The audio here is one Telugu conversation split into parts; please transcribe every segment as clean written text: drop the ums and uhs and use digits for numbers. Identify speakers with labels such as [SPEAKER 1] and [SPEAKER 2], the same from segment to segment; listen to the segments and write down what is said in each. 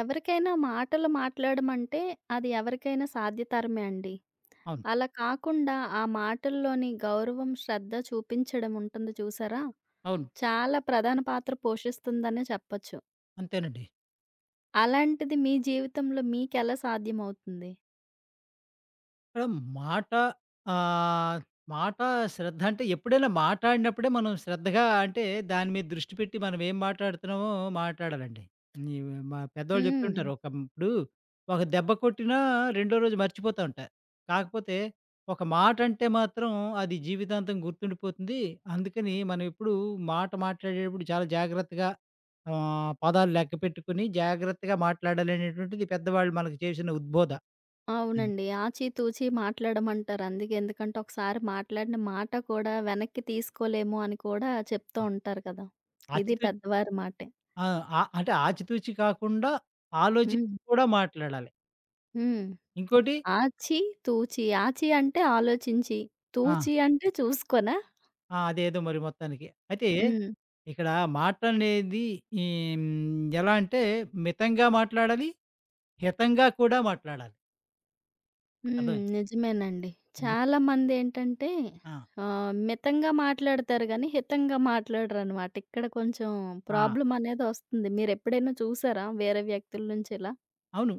[SPEAKER 1] ఎవరికైనా మాటలు మాట్లాడమంటే అది ఎవరికైనా సాధ్యతరమే అండి.
[SPEAKER 2] అవును.
[SPEAKER 1] అలా కాకుండా ఆ మాటల్లోని గౌరవం, శ్రద్ధ చూపించడం ఉంటుంది చూసారా?
[SPEAKER 2] అవును.
[SPEAKER 1] చాలా ప్రధాన పాత్ర పోషిస్తుందనే చెప్పొచ్చు.
[SPEAKER 2] అంతేనండి.
[SPEAKER 1] అలాంటిది మీ జీవితంలో మీకెలా సాధ్యమవుతుంది?
[SPEAKER 2] ఇక్కడ మాట ఆహ్, మాట శ్రద్ధ అంటే ఎప్పుడైనా మాట్లాడినప్పుడే మనం శ్రద్ధగా అంటే దాని మీద దృష్టి పెట్టి మనం ఏం మాట్లాడుతున్నామో మాట్లాడాలండి. నీవు మా పెద్దోళ్ళు
[SPEAKER 1] హ్మ్.
[SPEAKER 2] చెప్తుంటారు. ఒక ఇప్పుడు ఒక దెబ్బ కొట్టినా రెండో రోజు మర్చిపోతా ఉంటా. కాకపోతే ఒక మాట అంటే మాత్రం అది జీవితాంతం గుర్తుండిపోతుంది. అందుకని మనం ఎప్పుడూ మాట మాట్లాడేటప్పుడు చాలా జాగ్రత్తగా పదాలు లెక్కపెట్టుకొని జాగ్రత్తగా మాట్లాడాలనేటువంటిది పెద్దవాళ్ళు మనకు చేసిన ఉద్బోధ. హ్మ్.
[SPEAKER 1] అవునండి. ఆచితూచి మాట్లాడమంటారు. అందుకే ఎందుకంటే ఒకసారి మాట్లాడిన మాట కూడా వెనక్కి తీసుకోలేము అని కూడా చెప్తూ
[SPEAKER 2] ఆ!
[SPEAKER 1] ఉంటారు కదా! ఇది
[SPEAKER 2] ఆచితూచి.
[SPEAKER 1] పెద్దవారి మాటే.
[SPEAKER 2] ఆ! ఆ! అంటే ఆచితూచి కాకుండా ఆలోచించి
[SPEAKER 1] హ్మ్.
[SPEAKER 2] కూడా మాట్లాడాలి.
[SPEAKER 1] హ్మ్.
[SPEAKER 2] ఇంకోటి.
[SPEAKER 1] ఆచి, తూచి. ఆచి అంటే ఆలోచించి,
[SPEAKER 2] ఆ!
[SPEAKER 1] తూచి అంటే చూసుకోనా?
[SPEAKER 2] ఆ! అదేదో మరి మొత్తానికి. అయితే
[SPEAKER 1] హ్మ్.
[SPEAKER 2] ఇక్కడ మాట అనేది ఈ ఎలా అంటే మితంగా మాట్లాడాలి, హితంగా కూడా మాట్లాడాలి.
[SPEAKER 1] హ్మ్.
[SPEAKER 2] అర్థమైందా?
[SPEAKER 1] నిజమేనండి.
[SPEAKER 2] హ్మ్.
[SPEAKER 1] చాలామందేంటంటే
[SPEAKER 2] ఆ!
[SPEAKER 1] మితంగా మాట్లాడతారు గానీ, హితంగా మాట్లాడరనమాట. ఇక్కడ కొంచెం
[SPEAKER 2] ఆ!
[SPEAKER 1] ప్రాబ్లమ్ అనేదొస్తుంది. మీరెప్పుడైనా చూసారా వేరే వ్యక్తుల నుంచి ఇలా?
[SPEAKER 2] అవును.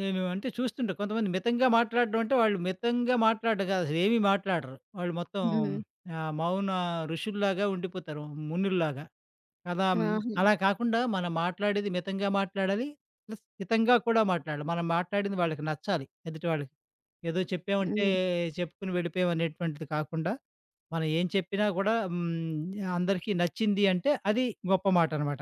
[SPEAKER 2] నేను అంటే చూస్తుంటా కొంతమంది మితంగా మాట్లాడడం అంటే వాళ్ళు మితంగా మాట్లాడడం కాదు అసలు ఏమీ మాట్లాడరు. వాళ్ళు మొత్తం
[SPEAKER 1] హ్మ్.
[SPEAKER 2] మౌన ఋషుల్లాగా ఉండిపోతారు. మునుల్లాగా. కదా! హ్మ్.
[SPEAKER 1] ఆహా!
[SPEAKER 2] అలా కాకుండా మనం మాట్లాడేది మితంగా మాట్లాడాలి. ప్లస్ హితంగా కూడా మాట్లాడాలి. మనం మాట్లాడింది వాళ్ళకి నచ్చాలి ఎదుటి వాళ్ళకి. ఏదో చెప్పామంటే
[SPEAKER 1] హ్మ్.
[SPEAKER 2] చెప్పుకుని వెళ్ళిపోయాం అనేటువంటిది కాకుండా, మనం ఏం చెప్పినా కూడా. హ్మ్. అందరికీ నచ్చింది అంటే అది గొప్ప మాట అనమాట.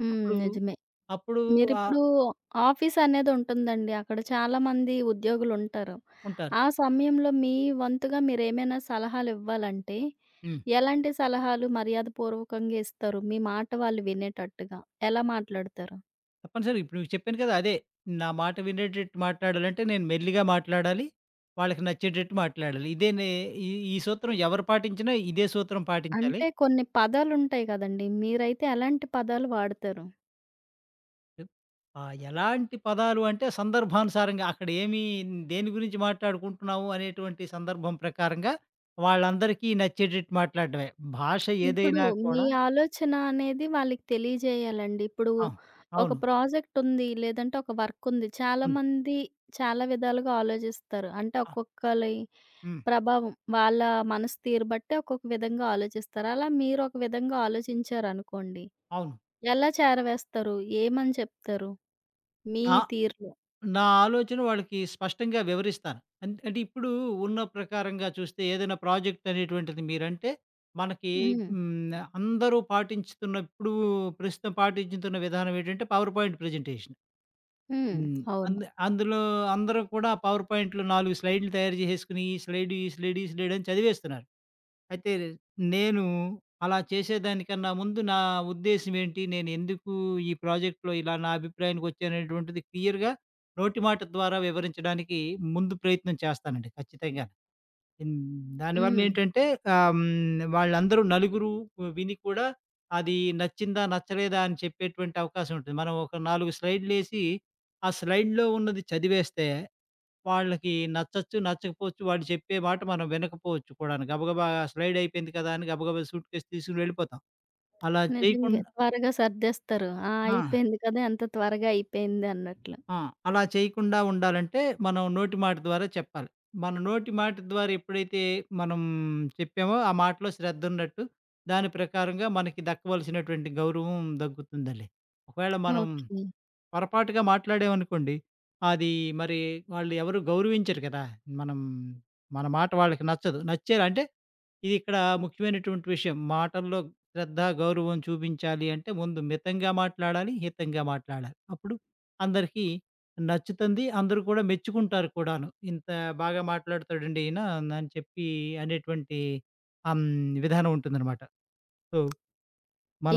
[SPEAKER 1] హ్మ్.
[SPEAKER 2] అప్పుడు
[SPEAKER 1] నిజమే.
[SPEAKER 2] అప్పుడు ఆహ్,
[SPEAKER 1] మీరిప్పుడు ఆఫీసనేదుంటుందండి. అక్కడ చాలామంది ఉద్యోగులుంటారు.
[SPEAKER 2] ఉంటారు.
[SPEAKER 1] ఆ సమయంలో మీ వంతుగా మీరేమైనా సలహాలివ్వాలంటే
[SPEAKER 2] హ్మ్.
[SPEAKER 1] ఎలాంటి సలహాలు మర్యాదపూర్వకంగా ఇస్తారు? మీ మాట వాళ్ళు వినేటట్టుగా. ఎలా మాట్లాడతారు?
[SPEAKER 2] తప్పనిసరిగా ఇప్పుడు మీకు చెప్పాను కదా! అదే నా మాట వినేటట్టు మాట్లాడాలంటే నేను మెల్లిగా మాట్లాడాలి. వాళ్ళకి నచ్చేటట్టు మాట్లాడాలి. ఇదే నే ఈ ఈ సూత్రం ఎవరు పాటించినా ఇదే సూత్రం పాటించాలి.
[SPEAKER 1] అంటే కొన్ని పదాలుంటాయి గదండీ! మీరైతే ఎలాంటి పదాలు వాడతారు?
[SPEAKER 2] ఆ! ఎలాంటి పదాలు అంటే సందర్భానుసారంగా అక్కడ ఏమి దేని గురించి మాట్లాడుకుంటున్నాము అనేటువంటి సందర్భం ప్రకారంగా వాళ్ళందరికీ నచ్చేటట్టు మాట్లాడడమే. భాష
[SPEAKER 1] ఇప్పుడు
[SPEAKER 2] ఏదైనా
[SPEAKER 1] మీ
[SPEAKER 2] కూడా.
[SPEAKER 1] ఆలోచన అనేది వాళ్ళకి తెలియజేయాలండి. ఇప్పుడు
[SPEAKER 2] ఆ!
[SPEAKER 1] ఒక
[SPEAKER 2] అవును.
[SPEAKER 1] ప్రాజెక్ట్ ఉంది, లేదంటే ఒక వర్క్ ఉంది.
[SPEAKER 2] ఉంది.
[SPEAKER 1] చాలామంది చాలా విధాలుగా ఆలోచిస్తారు. అంటే
[SPEAKER 2] ఆ!
[SPEAKER 1] ఒక్కొక్కలి
[SPEAKER 2] హ్మ్.
[SPEAKER 1] ప్రభావం వాళ్ళ మనసు తీరు బట్టి ఒక్కొక్క విధంగా ఆలోచిస్తారు. అలా మీరు ఒక విధంగా ఆలోచించారనుకోండి.
[SPEAKER 2] అవును.
[SPEAKER 1] ఎలా చేరవేస్తారు? ఏమని చెప్తారు? మీ
[SPEAKER 2] నా
[SPEAKER 1] తీరులో.
[SPEAKER 2] నా ఆలోచన వాళ్ళకి స్పష్టంగా వివరిస్తాను. అంటే ఇప్పుడు ఉన్న ప్రకారంగా చూస్తే ఏదైనా ప్రాజెక్ట్ అనేటువంటిది మీరంటే మనకి.
[SPEAKER 1] హ్మ్.
[SPEAKER 2] హ్మ్. అందరూ పాటించుతున్న ఇప్పుడు ప్రస్తుతం పాటించుతున్న విధానం ఏంటంటే పవర్ పాయింట్ ప్రెజెంటేషన్.
[SPEAKER 1] హ్మ్.
[SPEAKER 2] హ్మ్.
[SPEAKER 1] అవును.
[SPEAKER 2] అందులో అందరూ కూడా పవర్ పాయింట్‌లో 4 స్లైడ్‌లు తయారు చేసేసుకొని, ఈ స్లైడ్, ఈ స్లైడ్, ఈ స్లైడ్ అని చదివేస్తున్నారు. అయితే నేను అలా చేసేదానికన్నా ముందు నా ఉద్దేశ్యం ఏంటి? నేను ఎందుకు ఈ ప్రాజెక్ట్‌లో ఇలా నా అభిప్రాయానికొచ్చాననేటువంటిది క్లియర్‌గా నోటి మాట ద్వారా వివరించడానికి ముందు ప్రయత్నం చేస్తానండి ఖచ్చితంగా. హ్మ్.
[SPEAKER 1] హ్మ్.
[SPEAKER 2] దానివల్లేంటంటే ఆహ్, హ్మ్. వాళ్ళందరూ నలుగురు విని కూడా అది నచ్చిందా? నచ్చలేదా? అని చెప్పేటువంటి అవకాశం ఉంటుంది. మనం ఒక 4 స్లైడ్‌లేసి, ఆ స్లైడ్‌లో ఉన్నది చదివేస్తే వాళ్ళకి నచ్చొచ్చు, నచ్చకపోవచ్చు. వాళ్ళు చెప్పే మాట మనం వినకపోవచ్చు కూడాను. గబగబా స్లైడ్ అయిపోయింది కదా! అని గబగబా సూట్‌కేస్ తీసుకొని వెళ్ళిపోతాం. అలా
[SPEAKER 1] నిజంగే.
[SPEAKER 2] చేయకుండా.
[SPEAKER 1] త్వరగా సర్దేస్తారు. ఆ!
[SPEAKER 2] ఆ!
[SPEAKER 1] అయిపోయింది కదా! ఎంత త్వరగా అయిపోయింది అన్నట్లు.
[SPEAKER 2] ఆ! అలా చేయకుండా ఉండాలంటే, మనం నోటి మాట ద్వారా చెప్పాలి. మన నోటి మాట ద్వారా ఎప్పుడైతే మనం చెప్పామో, ఆ మాటలో శ్రద్ధున్నట్టు, దాని ప్రకారంగా మనకి దక్కవలసినటువంటి గౌరవం దక్కుతుందండి. ఒకవేళ మనం
[SPEAKER 1] ఓకే.
[SPEAKER 2] పొరపాటుగా మాట్లాడామనుకోండి, అది మరి వాళ్ళు ఎవరు గౌరవించరు కదా! మనం మన మాట వాళ్ళకి నచ్చదు. నచ్చేలా అంటే ఇక్కడ ముఖ్యమైనటువంటి విషయం. మాటల్లో శ్రద్ధ, గౌరవం చూపించాలి అంటే ముందు మితంగా మాట్లాడాలి, హితంగా మాట్లాడాలి. అప్పుడు అందరికీ నచ్చుతుంది. అందరూ కూడా మెచ్చుకుంటారు కూడాను. ఇంత బాగా మాట్లాడతాడండి ఈయన అని చెప్పి అనేటువంటి విధానం ఉంటుందనమాట. సో,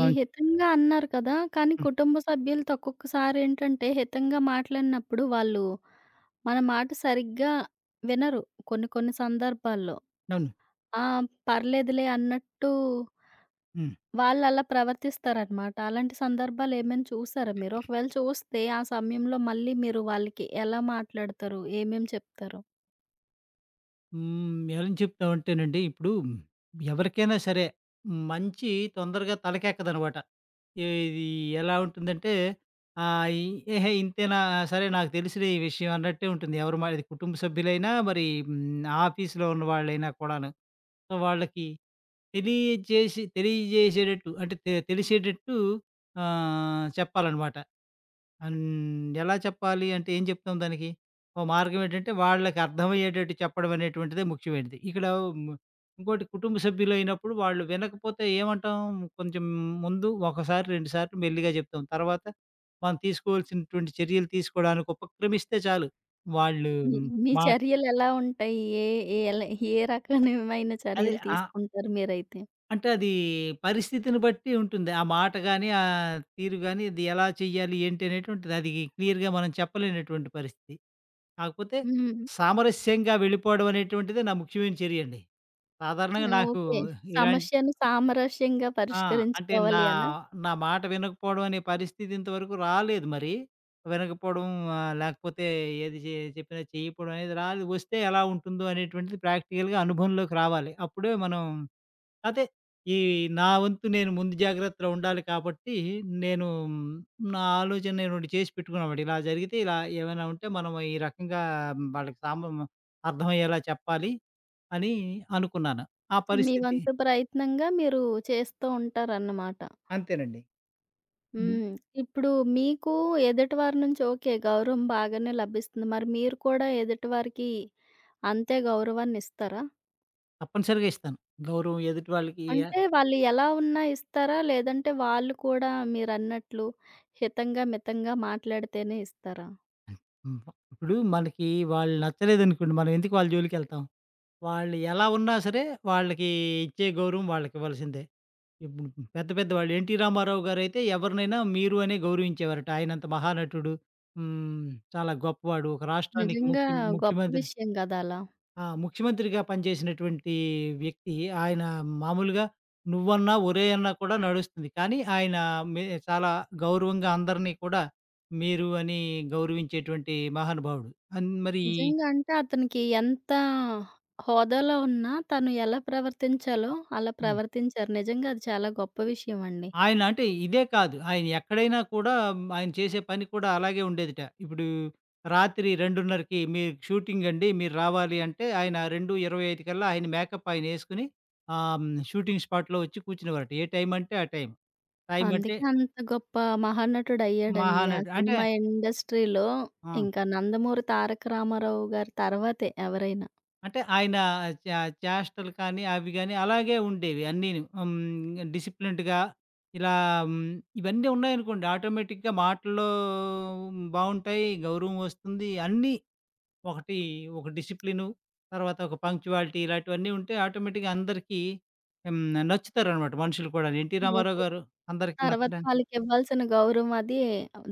[SPEAKER 1] ఈ హితంగా అన్నారు కదా! కానీ
[SPEAKER 2] హ్మ్.
[SPEAKER 1] కుటుంబ సభ్యులతో ఒక్కొక్కసారి ఏంటంటే హితంగా మాట్లాడినప్పుడు వాళ్ళు మన మాట సరిగ్గా వినరు కొన్ని కొన్ని సందర్భాల్లో.
[SPEAKER 2] అవును.
[SPEAKER 1] ఆ! పర్లేదులే అన్నట్టు
[SPEAKER 2] హ్మ్.
[SPEAKER 1] వాళ్ళలా ప్రవర్తిస్తారనమాట. అలాంటి సందర్భాలు ఏమైనా చూసారా మీరు? ఒకవేళ చూస్తే ఆ సమయంలో మళ్ళీ మీరు వాళ్ళకి ఎలా మాట్లాడతారు? ఏమేం చెప్తారు?
[SPEAKER 2] హ్మ్. ఎలా చెప్తామంటేనండి, ఇప్పుడు ఎవరికైనా సరే మంచి తొందరగా తలకెక్కదనమాట. ఏది ఎలా ఉంటుందంటే, ఆహ్, ఇ "ఏహే! ఇంతేనా సరే నాకు తెలిసిన ఈ విషయం" అన్నట్టే ఉంటుంది. ఎవరు మనది కుటుంబ సభ్యులైనా మరి ఆఫీస్‌లో ఉన్నవాళ్ళైనా కూడాను. సో, వాళ్ళకి తెలియజేసేటట్టు అంటే తెలిసేటట్టు చెప్పాలనమాట. అండ్ ఎలా చెప్పాలి అంటే ఏం చెప్తాం దానికి? ఓ మార్గం ఏంటంటే వాళ్ళకి అర్థమయ్యేటట్టు చెప్పడం అనేటువంటిదే ముఖ్యమైనది. ఇక్కడ హ్మ్, ఇంకోటి కుటుంబ సభ్యులైనప్పుడు వాళ్ళు వినకపోతే ఏమంటాం? కొంచెం ముందు ఒకసారి, రెండు సార్లు మెల్లిగా చెప్తాం. తర్వాత మనం తీసుకోవాల్సినటువంటి చర్యలు తీసుకోవడానికి ఉపక్రమిస్తే చాలు. వాళ్ళు.
[SPEAKER 1] మీ మీ
[SPEAKER 2] మాట.
[SPEAKER 1] చర్యలెలా ఉంటాయి? ఏ ఏ ఎల ఏ రకమైన
[SPEAKER 2] అదే.
[SPEAKER 1] చర్యలు
[SPEAKER 2] ఆ!
[SPEAKER 1] తీసుకుంటారు మీరైతే?
[SPEAKER 2] అంటే అది పరిస్థితిని బట్టి ఉంటుంది. ఆ మాట గాని, ఆ తీరు గాని, ఇది ఎలా చెయ్యాలి, ఏంటి అనేటువంటిది అది క్లియర్‌గా మనం చెప్పలేనటువంటి పరిస్థితి. కాకపోతే
[SPEAKER 1] హ్మ్.
[SPEAKER 2] సామరస్యంగా వెళ్ళిపోవడం అనేటువంటిదే నా ముఖ్యమైన చర్యండి. సాధారణంగా నాకు
[SPEAKER 1] ఓకే.
[SPEAKER 2] ఇలాంటి.
[SPEAKER 1] సమస్యను సామరస్యంగా
[SPEAKER 2] ఆ! అంటే
[SPEAKER 1] పరిష్కరించుకోవాలి అనా?
[SPEAKER 2] నా మాట వినకపోవడం అనే పరిస్థితి ఇంతవరకు రాలేదు మరి. వినకపోవడం లేకపోతే ఏది చెప్పినా చేయకపోవడం అనేది రాలేదు. వస్తే ఎలా ఉంటుందో అనేటువంటిది ప్రాక్టికల్‌గా అనుభవంలోకి రావాలి. అప్పుడే మనం అదే. ఈ నా వంతు నేను ముందు జాగ్రత్తలో ఉండాలి కాబట్టి, నేను మ్, నా ఆలోచన నేను ఒకటి చేసి పెట్టుకున్నామాట. ఇలా జరిగితే ఇలా ఏమైనా ఉంటే మనం ఈ రకంగా వాళ్ళకి అర్థమయ్యేలా చెప్పాలి అని అనుకున్నాను. ఆ
[SPEAKER 1] మీ
[SPEAKER 2] పరిస్థితి
[SPEAKER 1] వంతు ప్రయత్నంగా మీరు చేస్తూ ఉంటారన్నమాట.
[SPEAKER 2] అంతేనండి. హ్మ్.
[SPEAKER 1] హ్మ్. ఇప్పుడు మీకు ఎదుటి వారి నుంచి ఓకే. గౌరవం బాగానే లభిస్తుంది. మరి మీరు కూడా ఎదుటి వారికి అంతే గౌరవాన్నిస్తారా?
[SPEAKER 2] తప్పనిసరిగా ఇస్తాను. గౌరవం ఎదుటి వాళ్ళకి
[SPEAKER 1] అంటే వాళ్ళు ఎలా ఉన్నా ఇస్తారా? లేదంటే వాళ్ళు కూడా మీరన్నట్లు హితంగా, మితంగా మాట్లాడితేనే ఇస్తారా?
[SPEAKER 2] హ్మ్. ఇప్పుడు మనకి వాళ్ళు నచ్చలేదనుకోండి, మనం ఎందుకు వాళ్ళ జోలికెళ్తాం? వాళ్ళు ఎలా ఉన్నా సరే వాళ్ళకి ఇచ్చే గౌరవం వాళ్ళకివ్వాల్సిందే. ఇప్పుడు పెద్దవాళ్ళు. 'ఎన్టీ రామారావు' గారైతే ఎవరినైనా మీరు అనే గౌరవించేవారట. ఆయనంత మహానటుడు. హ్మ్. చాలా గొప్పవాడు. ఒక రాష్ట్రానికి
[SPEAKER 1] నిజంగా గొప్ప
[SPEAKER 2] ముఖ్యమంత్రి.
[SPEAKER 1] విషయం గదా! అలా.
[SPEAKER 2] ఆ! ముఖ్యమంత్రిగా పనిచేసినటువంటి వ్యక్తి. ఆయన మామూలుగా నువ్వన్నా, ఒరేయ్ అన్నా కూడా నడుస్తుంది. కానీ ఆయన చాలా గౌరవంగా అందరినీ కూడా మీరు అని గౌరవించేటువంటి మహానుభావుడు. మరి
[SPEAKER 1] నిజంగా అంటే అతనికి ఎంత హోదాలో ఉన్నా తను ఎలా ప్రవర్తించాలో అలా
[SPEAKER 2] హ్మ్.
[SPEAKER 1] ప్రవర్తించారు. నిజంగా అది చాలా గొప్ప విషయం అండి.
[SPEAKER 2] ఆయన అంటే ఇదే కాదు. ఆయన ఎక్కడైనా కూడా ఆయన చేసే పని కూడా అలాగే ఉండేదిట. ఇప్పుడు రాత్రి 2:30కి మీకు షూటింగ్ అండి. మీరు రావాలి అంటే ఆయన 2:25 కల్లా ఆయన మేకప్ ఆయన యేసుకొని ఆహ్, హ్మ్. షూటింగ్ స్పాట్‌లో వచ్చి కూర్చునేవారట. ఏ టైం అంటే ఆ టైం. టైం అంటే
[SPEAKER 1] అందుకే అంత గొప్ప
[SPEAKER 2] మహా
[SPEAKER 1] మహానటుడయ్యాడండి. ఆ
[SPEAKER 2] అంటే
[SPEAKER 1] సినిమా ఇండస్ట్రీలో
[SPEAKER 2] ఆ!
[SPEAKER 1] ఇంకా 'నందమూరి తారక రామారావు' గారి తర్వాతే ఎవరైనా.
[SPEAKER 2] అంటే ఆయన చే చేష్టలు కానీ, అవి గాని అలాగే ఉండేవి అన్నీను. హ్మ్. డిసిప్లిన్డ్‌గా ఇలా. హ్మ్. ఇవన్నీ ఉన్నాయనుకోండి ఆటోమేటిక్‌గా మాటల్లో బావుంటాయి. గౌరవం వస్తుంది. అన్నీ ఒకటి ఒక డిసిప్లిను, తర్వాత ఒక పంక్చువాలిటీ ఇలాంటివన్నీ ఉంటే ఆటోమేటిక్‌గా అందరికీ. హ్మ్. నచ్చుతారనమాట మనుషులు కూడాను. 'ఎన్టీ రామారావు'
[SPEAKER 1] ఓకే.
[SPEAKER 2] గారు అందరికి
[SPEAKER 1] తర్వాత
[SPEAKER 2] నచ్చడానికి.
[SPEAKER 1] వాళ్ళకివ్వాల్సిన గౌరవం అది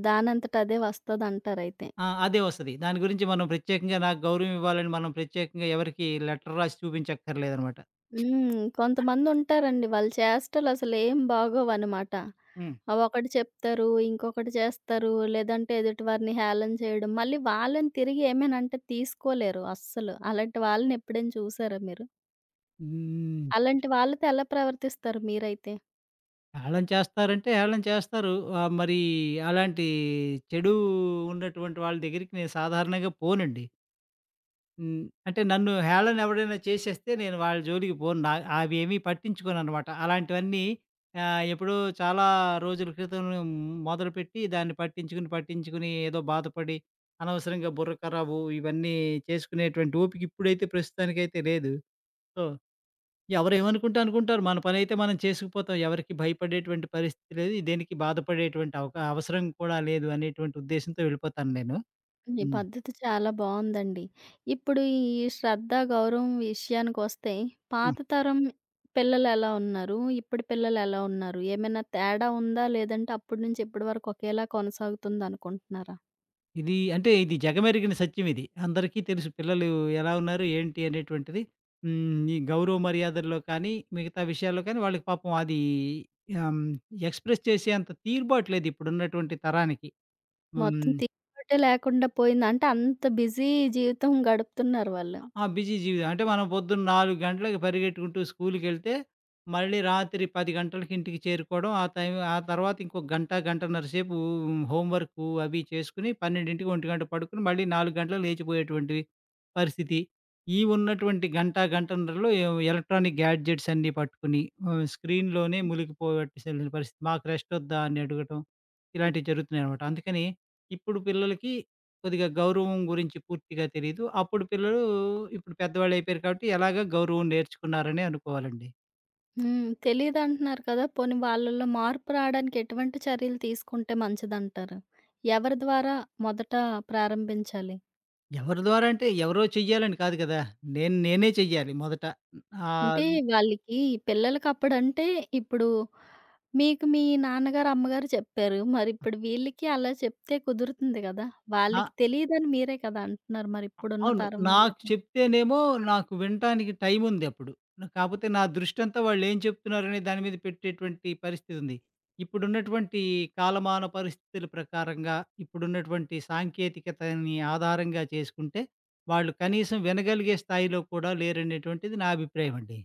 [SPEAKER 1] దానంతట అదే వస్తదంటారయితే.
[SPEAKER 2] ఆ! అదే వస్తది. దాని గురించి మనం ప్రత్యేకంగా నాకు గౌరవం ఇవ్వాలని మనం ప్రత్యేకంగా ఎవరికీ లెటర్ రాసి చూపించక్కర్లేదనమాట.
[SPEAKER 1] హ్మ్. కొంతమందుంటారండి వాళ్ళ చేష్టలు అసలేం బాగోవనమాట.
[SPEAKER 2] హ్మ్.
[SPEAKER 1] ఒకటి చెప్తారు, ఇంకొకటి చేస్తారు, లేదంటే ఎదుటివారిని హేళన చేయడం. మళ్ళీ వాళ్ళని తిరిగి ఏమైనా అంటే తీసుకోలేరు అస్సలు. అలాంటి వాళ్ళని ఎప్పుడైనా చూసారా మీరు?
[SPEAKER 2] హ్మ్.
[SPEAKER 1] అలాంటి వాళ్ళతో ఎలా ప్రవర్తిస్తారు మీరైతే?
[SPEAKER 2] హేళన చేస్తారంటే హేళన చేస్తారు. మరి అలాంటి చెడు ఉన్నటువంటి వాళ్ళ దగ్గరికి నేను సాధారణంగా పోనండి. హ్మ్. అంటే నన్ను హేళన ఎవడైనా చేసేస్తే నేను వాళ్ళ జోలికి పోను. నా అవి ఏమీ పట్టించుకోననమాట. అలాంటివన్నీ ఎప్పుడో చాలా రోజుల క్రితం మొదలుపెట్టి దాన్ని పట్టించుకొని, పట్టించుకొని ఏదో బాధపడి అనవసరంగా బుర్ర ఖరాబు ఇవన్నీ చేసుకునేటువంటి ఓపిక ఇప్పుడైతే ప్రస్తుతానికైతే లేదు. సో ఎవరేమనుకుంటే అనుకుంటారు. మన పనైతే మనం చేసుకుపోతాం. ఎవరికీ భయపడేటువంటి పరిస్థితి లేదు. దేనికి బాధపడేటువంటి అవసరం కూడా లేదు అనేటువంటి ఉద్దేశంతో వెళ్ళిపోతాను నేను.
[SPEAKER 1] మీ
[SPEAKER 2] హ్మ్.
[SPEAKER 1] పద్ధతి చాలా బావుందండి. ఇప్పుడు ఈ శ్రద్ధ, గౌరవం విషయానికొస్తే
[SPEAKER 2] ఆ!
[SPEAKER 1] పాత తరం పిల్లలెలా ఉన్నారు? ఇప్పటి పిల్లలెలా ఉన్నారు? ఏమైనా తేడా ఉందా? లేదంటే అప్పటి నుంచి ఇప్పటి వరకు ఒకేలా కొనసాగుతుందనుకుంటున్నారా?
[SPEAKER 2] ఇది అంటే జగమెరిగిన సత్యం ఇది. అందరికీ తెలుసు పిల్లలు ఎలా ఉన్నారు, ఏంటి అనేటువంటిది. హ్మ్. ఈ గౌరవ మర్యాదల్లో కానీ, మిగతా విషయాల్లో కానీ వాళ్ళకి పాపం అది ఆహ్, ఎక్స్‌ప్రెస్ చేసేంత తీరుబాటు లేదు ఇప్పుడున్నటువంటి తరానికి.
[SPEAKER 1] మొత్తం
[SPEAKER 2] హ్మ్.
[SPEAKER 1] తీరుబోటే లేకుండా పోయింది. అంటే అంత బిజీ జీవితం గడుపుతున్నారు వాళ్ళు.
[SPEAKER 2] ఆ! బిజీ జీవితం. అంటే మనం పొద్దున్న 4 గంటలకి పరిగెట్టుకుంటూ స్కూలుకెళ్తే, మళ్ళీ రాత్రి 10 గంటలకి ఇంటికి చేరుకోవడం. ఆ టైం ఆ తర్వాత ఇంకో గంట, గంటన్నర సేపు హోమ్ వర్కు అవి చేసుకొని 12కి, 1 గంట పడుకొని మళ్ళీ 4 గంటలకు లేచిపోయేటువంటి పరిస్థితి. ఈ ఉన్నటువంటి గంట, గంటన్నరలో ఎలక్ట్రానిక్ గ్యాడ్జెట్స్ అన్నీ పట్టుకుని స్క్రీన్‌లోనే మునిగిపోవట్టిసెళ్ళిన పరిస్థితి. మాకు రెస్ట్ వద్దా అని అడగటం, ఇలాంటివి జరుగుతున్నాయనమాట. అందుకని ఇప్పుడు పిల్లలకి కొద్దిగా గౌరవం గురించి పూర్తిగా తెలీదు. అప్పుడు పిల్లలు ఇప్పుడు పెద్దవాళ్ళు అయిపోయారు కాబట్టి ఎలాగో గౌరవం నేర్చుకున్నారనే అనుకోవాలండి.
[SPEAKER 1] హ్మ్. తెలీదంటున్నారు కదా! పోనీ వాళ్ళలో మార్పు రాడానికి ఎటువంటి చర్యలు తీసుకుంటే మంచిదంటారు? ఎవరి ద్వారా మొదట ప్రారంభించాలి?
[SPEAKER 2] ఎవరి ద్వారా అంటే ఎవరో చెయ్యాలని కాదు కదా! నేను నేనే చెయ్యాలి మొదట.
[SPEAKER 1] అంటే
[SPEAKER 2] ఆహ్,
[SPEAKER 1] వాళ్ళకి పిల్లలకప్పుడంటే ఇప్పుడు మీకు మీ నాన్నగారు, అమ్మగారు చెప్పారు. మరిప్పుడు వీళ్ళకి అలా చెప్తే కుదురుతుంది గదా!
[SPEAKER 2] నా
[SPEAKER 1] వాళ్ళకి తెలీదని మీరే కదా అంటున్నారు మరిప్పుడున్న
[SPEAKER 2] అవును.
[SPEAKER 1] తరం
[SPEAKER 2] నాకు
[SPEAKER 1] వాళ్ళకి.
[SPEAKER 2] చెప్తేనేమో నాకు వినటానికి టైముందప్పుడు. కాపోతే నా దృష్టంతా వాళ్ళేం చెప్తున్నారనే దాని మీద పెట్టేటువంటి పరిస్థితుంది. ఇప్పుడున్నటువంటి కాలమాన పరిస్థితుల ప్రకారంగా, ఇప్పుడున్నటువంటి సాంకేతికతని ఆధారంగా చేసుకుంటే, వాళ్ళు కనీసం వినగలిగే స్థాయిలో కూడా లేరనేటువంటిది నా అభిప్రాయమండి.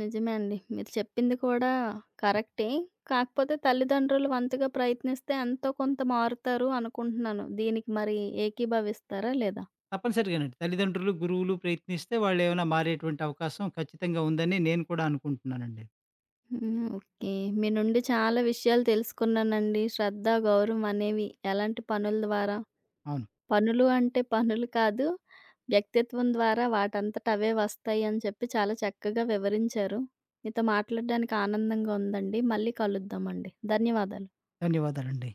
[SPEAKER 1] నిజమే అండి. మీరు చెప్పింది కూడా కరెక్టే. కాకపోతే తల్లిదండ్రులు వంతుగా ప్రయత్నిస్తే ఎంతో కొంత మారుతారు అనుకుంటున్నాను. దీనికి మరి ఏకీభవిస్తారా లేదా?
[SPEAKER 2] తప్పనిసరిగానండి. తల్లిదండ్రులు, గురువులు ప్రయత్నిస్తే వాళ్ళేమైనా మారేటువంటి అవకాశం ఖచ్చితంగా ఉందని నేను కూడా అనుకుంటున్నానండి.
[SPEAKER 1] హ్మ్. ఓకే. మీ నుండి చాలా విషయాలు తెలుసుకున్నానండి. శ్రద్ధ, గౌరవం అనేవి ఎలాంటి పనుల ద్వారా
[SPEAKER 2] అవును.
[SPEAKER 1] పనులు అంటే పనులు కాదు. వ్యక్తిత్వం ద్వారా వాటంతట అవే వస్తాయి అని చెప్పి చాలా చక్కగా వివరించారు. మీతో మాట్లాడడానికి ఆనందంగా ఉందండి. మళ్ళీ కలుద్దామండి. ధన్యవాదాలు.
[SPEAKER 2] ధన్యవాదాలండి.